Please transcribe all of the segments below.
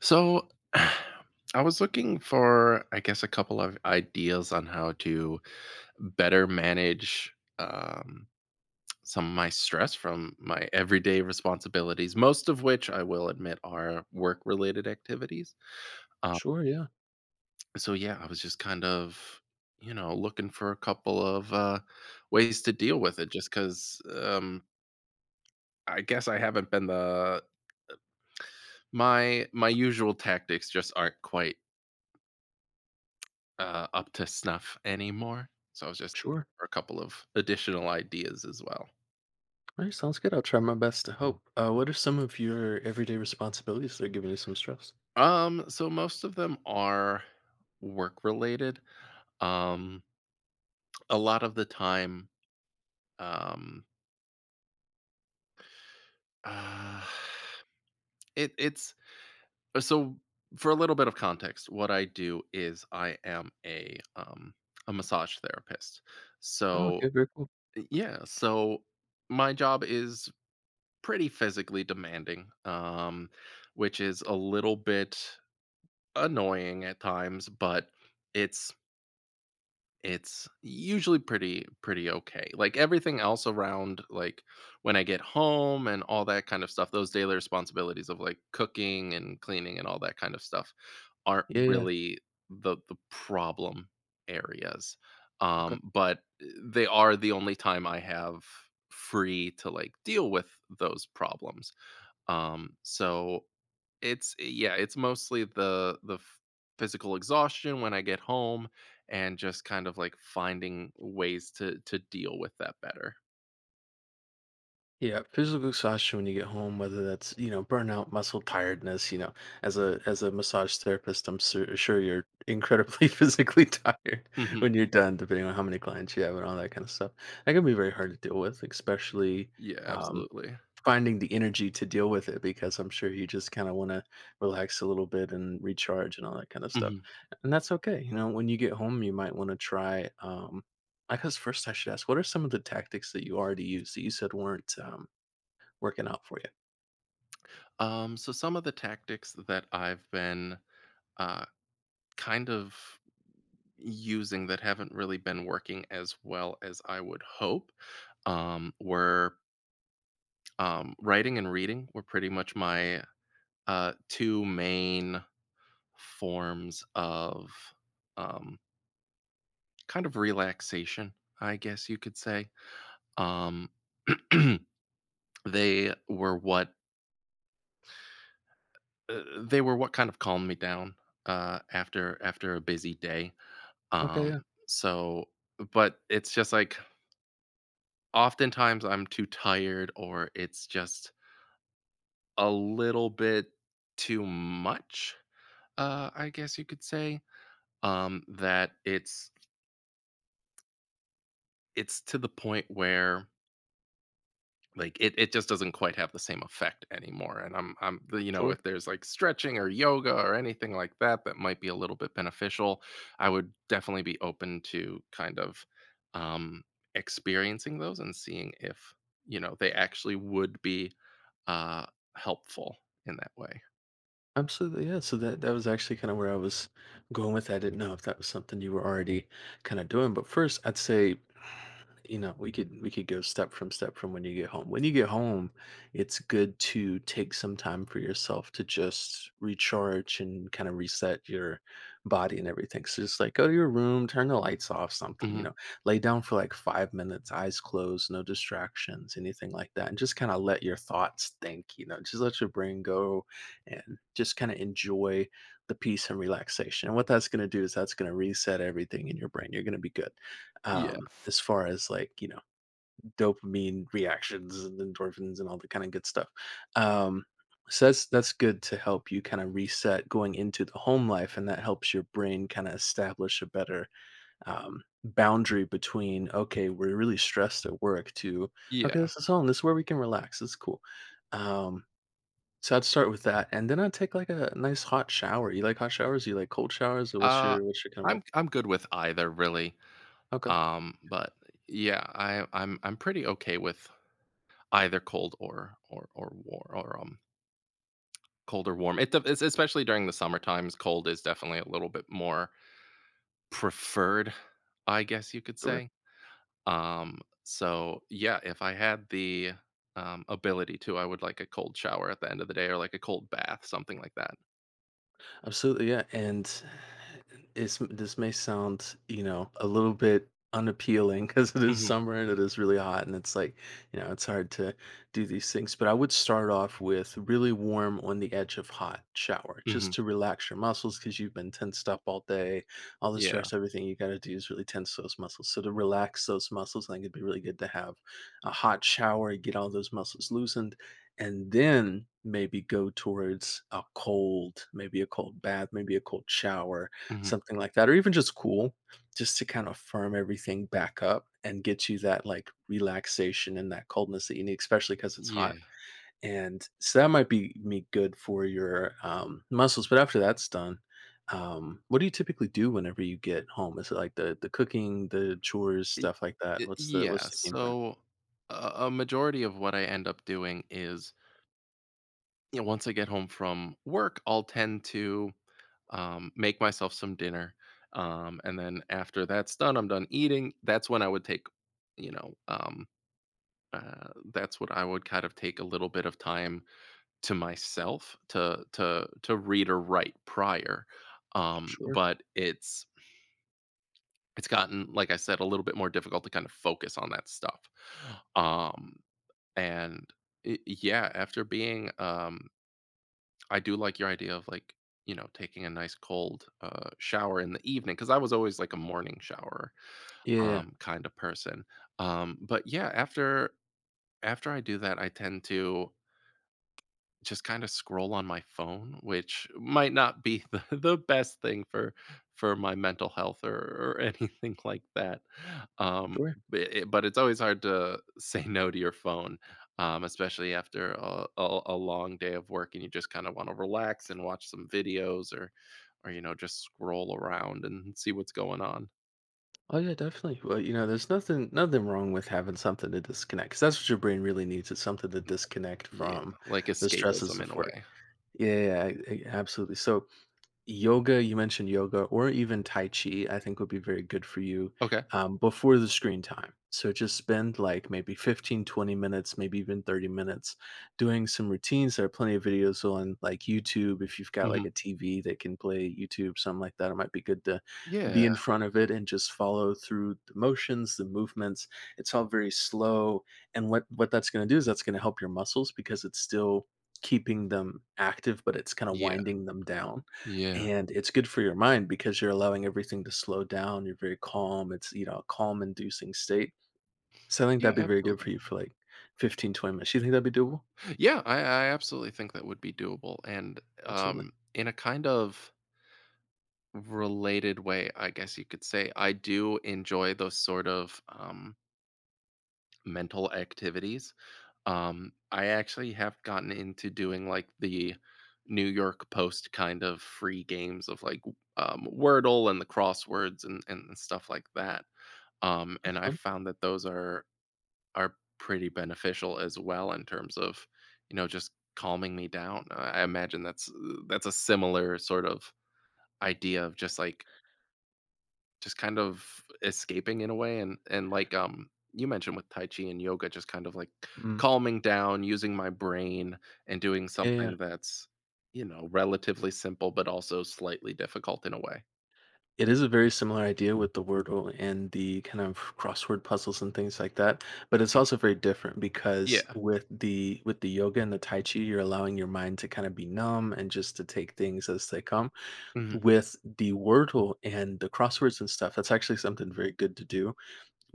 So I was looking for, I guess, a couple of ideas on how to better manage um, some of my stress from my everyday responsibilities, most of which I will admit are work related activities. Um, Sure, yeah. yeah, I was just kind of, looking for a couple of ways to deal with it just because I guess I haven't been the. My usual tactics just aren't quite up to snuff anymore. So I was just Sure. for a couple of additional ideas as well. All right, sounds good. I'll try my best to help. What are some of your everyday responsibilities that are giving you some stress? So most of them are work related. Um, a lot of the time, um, uh, it's so for a little bit of context, what I do is I am a massage therapist. Oh, So okay, very cool. yeah, so my job is pretty physically demanding. Which is a little bit annoying at times, but it's it's usually pretty okay. Like everything else around, like when I get home and all that kind of stuff, those daily responsibilities of like cooking and cleaning and all that kind of stuff aren't Yeah, yeah. really the problem areas. Okay. But they are the only time I have free to like deal with those problems. So it's yeah, it's mostly the f physical exhaustion when I get home and just kind of, like, finding ways to deal with that better. Yeah, physical exhaustion when you get home, whether that's, you know, burnout, muscle tiredness, you know, as a massage therapist, I'm sure you're incredibly physically tired Mhm. when you're done, depending on how many clients you have and all that kind of stuff. That can be very hard to deal with, especially Yeah, um, absolutely. finding the energy to deal with it because I'm sure you just kind of want to relax a little bit and recharge and all that kind of stuff. Mhm. And that's okay. You know, when you get home, you might want to try. I guess first I should ask, what are some of the tactics that you already use that you said weren't working out for you? So some of the tactics that I've been, uh, kind of using that haven't really been working as well as I would hope, um, were, writing and reading were pretty much my, 2 main forms of, um kind of relaxation, I guess you could say. Um, they were what they were what kind of calmed me down after after a busy day. Okay, Um, yeah, so, but it's just like oftentimes I'm too tired, or it's just a little bit too much. I guess you could say that it's to the point where like it just doesn't quite have the same effect anymore, and I'm you know, sure. if there's like stretching or yoga or anything like that that might be a little bit beneficial, I would definitely be open to kind of um experiencing those and seeing if, you know, they actually would be uh helpful in that way. Absolutely, yeah. So that was actually kind of where I was going with that. I didn't know if that was something you were already kind of doing. But first, I'd say, you know, we could go step from when you get home. When you get home, it's good to take some time for yourself to just recharge and kind of reset your body and everything. So just like go to your room, turn the lights off, something, you Mhm. know, lay down for like 5 minutes, eyes closed, no distractions, anything like that, and just kind of let your thoughts think, you know, just let your brain go and just kind of enjoy the peace and relaxation. And what that's going to do is that's going to reset everything in your brain. You're going to be good, Yeah. As far as like, you know, dopamine reactions and endorphins and all the kind of good stuff. Um, so that's good to help you kind of reset going into the home life, and that helps your brain kind of establish a better, boundary between, okay, we're really stressed at work, to okay, Yeah. this is home, this is where we can relax, this is cool. Um, so I'd start with that, and then I'd take like a nice hot shower. You like hot showers? You like cold showers? Or Uh what's your kind of vibe? I'm good with either really. Okay, But yeah, I'm I'm pretty okay with either cold or war or cold or warm. It dep es especially during the summer times, cold is definitely a little bit more preferred, I guess you could sure. say. Yeah, if I had the, ability to, I would like a cold shower at the end of the day or like a cold bath, something like that. Absolutely, yeah, and it's this may sound, you know, a little bit unappealing because it is Mhm, summer and it is really hot, and it's like, you know, it's hard to do these things. But I would start off with really warm on the edge of hot shower mhm. just to relax your muscles because you've been tensed up all day. All the Yeah, stress, everything you got to do is really tense those muscles. So to relax those muscles, I think it'd be really good to have a hot shower, get all those muscles loosened and then maybe go towards a cold, maybe a cold bath, maybe a cold shower, mhm. something like that, or even just cool, just to kind of firm everything back up and get you that, like, relaxation and that coldness that you need, especially because it's Yeah. hot. And so that might be me good for your, muscles, but after that's done, what do you typically do whenever you get home? Is it, like, the cooking, the chores, E stuff like that? Yeah, What's the game plan? so, a majority of what I end up doing is, you know, once I get home from work, I'll tend to make myself some dinner. And then after that's done, I'm done eating. That's when I would take, you know, um, that's what I would kind of take a little bit of time to myself to to read or write prior. Sure. But it's gotten, like I said, a little bit more difficult to kind of focus on that stuff. Um, and it, yeah, after being I do like your idea of like, you know, taking a nice cold shower in the evening because I was always like a morning shower Yeah. Kind of person. But yeah, after after I do that, I tend to just kind of scroll on my phone, which might not be the best thing for my mental health or anything like that. Um, Sure. but, but it's always hard to say no to your phone, especially after a long day of work and you just kind of want to relax and watch some videos or, you know, just scroll around and see what's going on. Oh yeah, definitely. Well, you know, there's nothing wrong with having something to disconnect 'cause that's what your brain really needs. It's something to disconnect Yeah, from like the stresses escapism in of a work. way. Yeah, yeah, yeah, absolutely. So, yoga you mentioned yoga or even tai chi, I think would be very good for you, Okay. Before the screen time. So just spend like maybe 15, 20 minutes, maybe even 30 minutes doing some routines. There are plenty of videos on like YouTube. If you've got Hmm. like a TV that can play YouTube, something like that, it might be good to Yeah. be in front of it and just follow through the motions, the movements. It's all very slow, and what that's going to do is that's going to help your muscles because it's still keeping them active, but it's kind of Yeah. winding them down. Yeah. And it's good for your mind because you're allowing everything to slow down, you're very calm, it's, you know, a calm inducing state. So I think Yeah. that'd be very good Absolutely. for you for, like, 15-20 minutes. You think that'd be doable? Yeah, I absolutely think that would be doable. And Absolutely. In a kind of related way, I guess you could say, I do enjoy those sort of mental activities. I actually have gotten into doing like the New York Post kind of free games of like, Wordle and the crosswords and stuff like that. That's And I fun. found that those are pretty beneficial as well in terms of, you know, just calming me down. I imagine that's a similar sort of idea of just like just kind of escaping in a way, and like, you mentioned with tai chi and yoga, just kind of like Mm. calming down, using my brain and doing Yeah, yeah. something that's, you know, relatively simple but also slightly difficult in a way. It is a very similar idea with the Wordle and the kind of crossword puzzles and things like that, but it's Mhm. also very different because Yeah. With the yoga and the tai chi, you're allowing your mind to kinda be numb and just to take things as they come. Hmm. With the Wordle and the crosswords and stuff, that's actually something very good to do.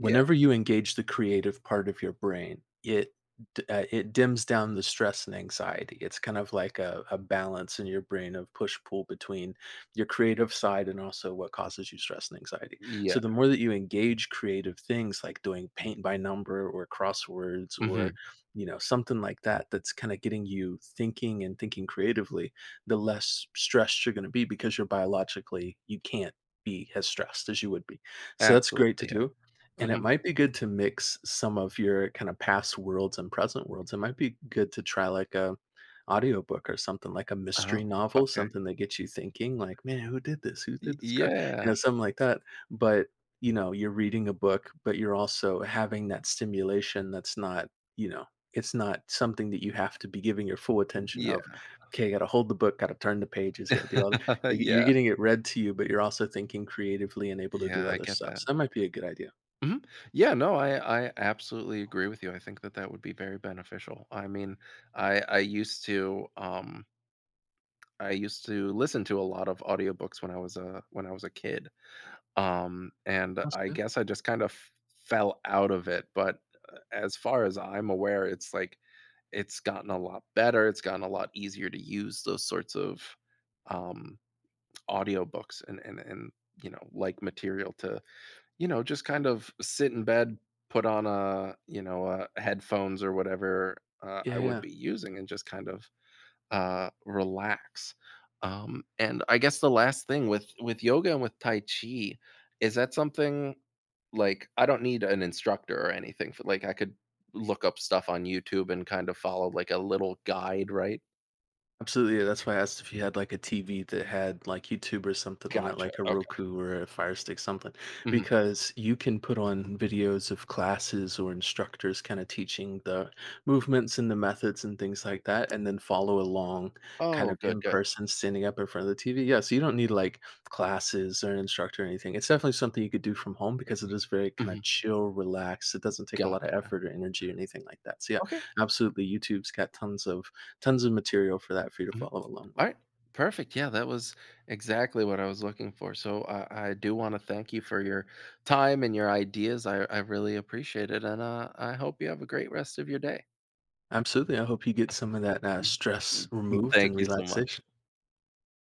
Yeah. you engage the creative part of your brain, it it dims down the stress and anxiety. It's kind of like a, balance in your brain of push pull between your creative side and also what causes you stress and anxiety. So Yeah. the more that you engage creative things like doing paint by number or crosswords or, Hmm. you know, something like that, that's kind of getting you thinking and thinking creatively, the less stressed you're going to be, because you're biologically you can't be as stressed as you would be. So that's great to Absolutely. Yeah. do. And it Hmm. might be good to mix some of your kind of past worlds and present worlds. It might be good to try like a audiobook or something, like a Oh, mystery novel, okay. something that gets you thinking like, man, who did this? Who did this car? You Yeah. know, something like that. But, you know, you're reading a book, but you're also having that stimulation that's not, you know, it's not something that you have to be giving your full attention of. Yeah. Okay, got to hold the book, got to turn the pages, got to do all the, you're Yeah. getting it read to you, but you're also thinking creatively and able to do Yeah, I other get stuff. that. So that might be a good idea. Mhm. Yeah, no, I absolutely agree with you. I think that that would be very beneficial. I mean, I used to, I used to listen to a lot of audiobooks when I was a kid. And That's I good. guess I just kind of fell out of it, but, as far as I'm aware, it's like it's gotten a lot better, it's gotten a lot easier to use those sorts of, um, audiobooks and you know, like material to, you know, just kind of sit in bed, put on a, you know, headphones or whatever, Yeah, I would yeah. be using and just kind of, relax. And I guess the last thing with yoga and with tai chi, is that something like, I don't need an instructor or anything for, like, I could look up stuff on YouTube and kind of follow, like, a little guide, right? Absolutely, yeah, that's why I asked if you had, like, a TV that had, like, YouTube or something on it, Gotcha, like a okay. Roku or a Fire Stick, something, Mhm. because you can put on videos of classes or instructors kinda teaching the movements and the methods and things like that, and then follow along kind Oh, of good, in good. person standing up in front of the TV. Yeah, so you don't need, like, classes or an instructor or anything. It's definitely something you could do from home because it is very kinda Mhm. chill, relaxed. It doesn't take a lot of Gotcha. effort or energy or anything like that. So, yeah, Okay. absolutely, YouTube's got tons of material for that for you to Mhm. follow along All with. right. Perfect. Yeah, that was exactly what I was looking for. So I do want to thank you for your time and your ideas. I really appreciate it. And I hope you have a great rest of your day. Absolutely, I hope you get some of that, stress removed Thank and you so much. relaxation.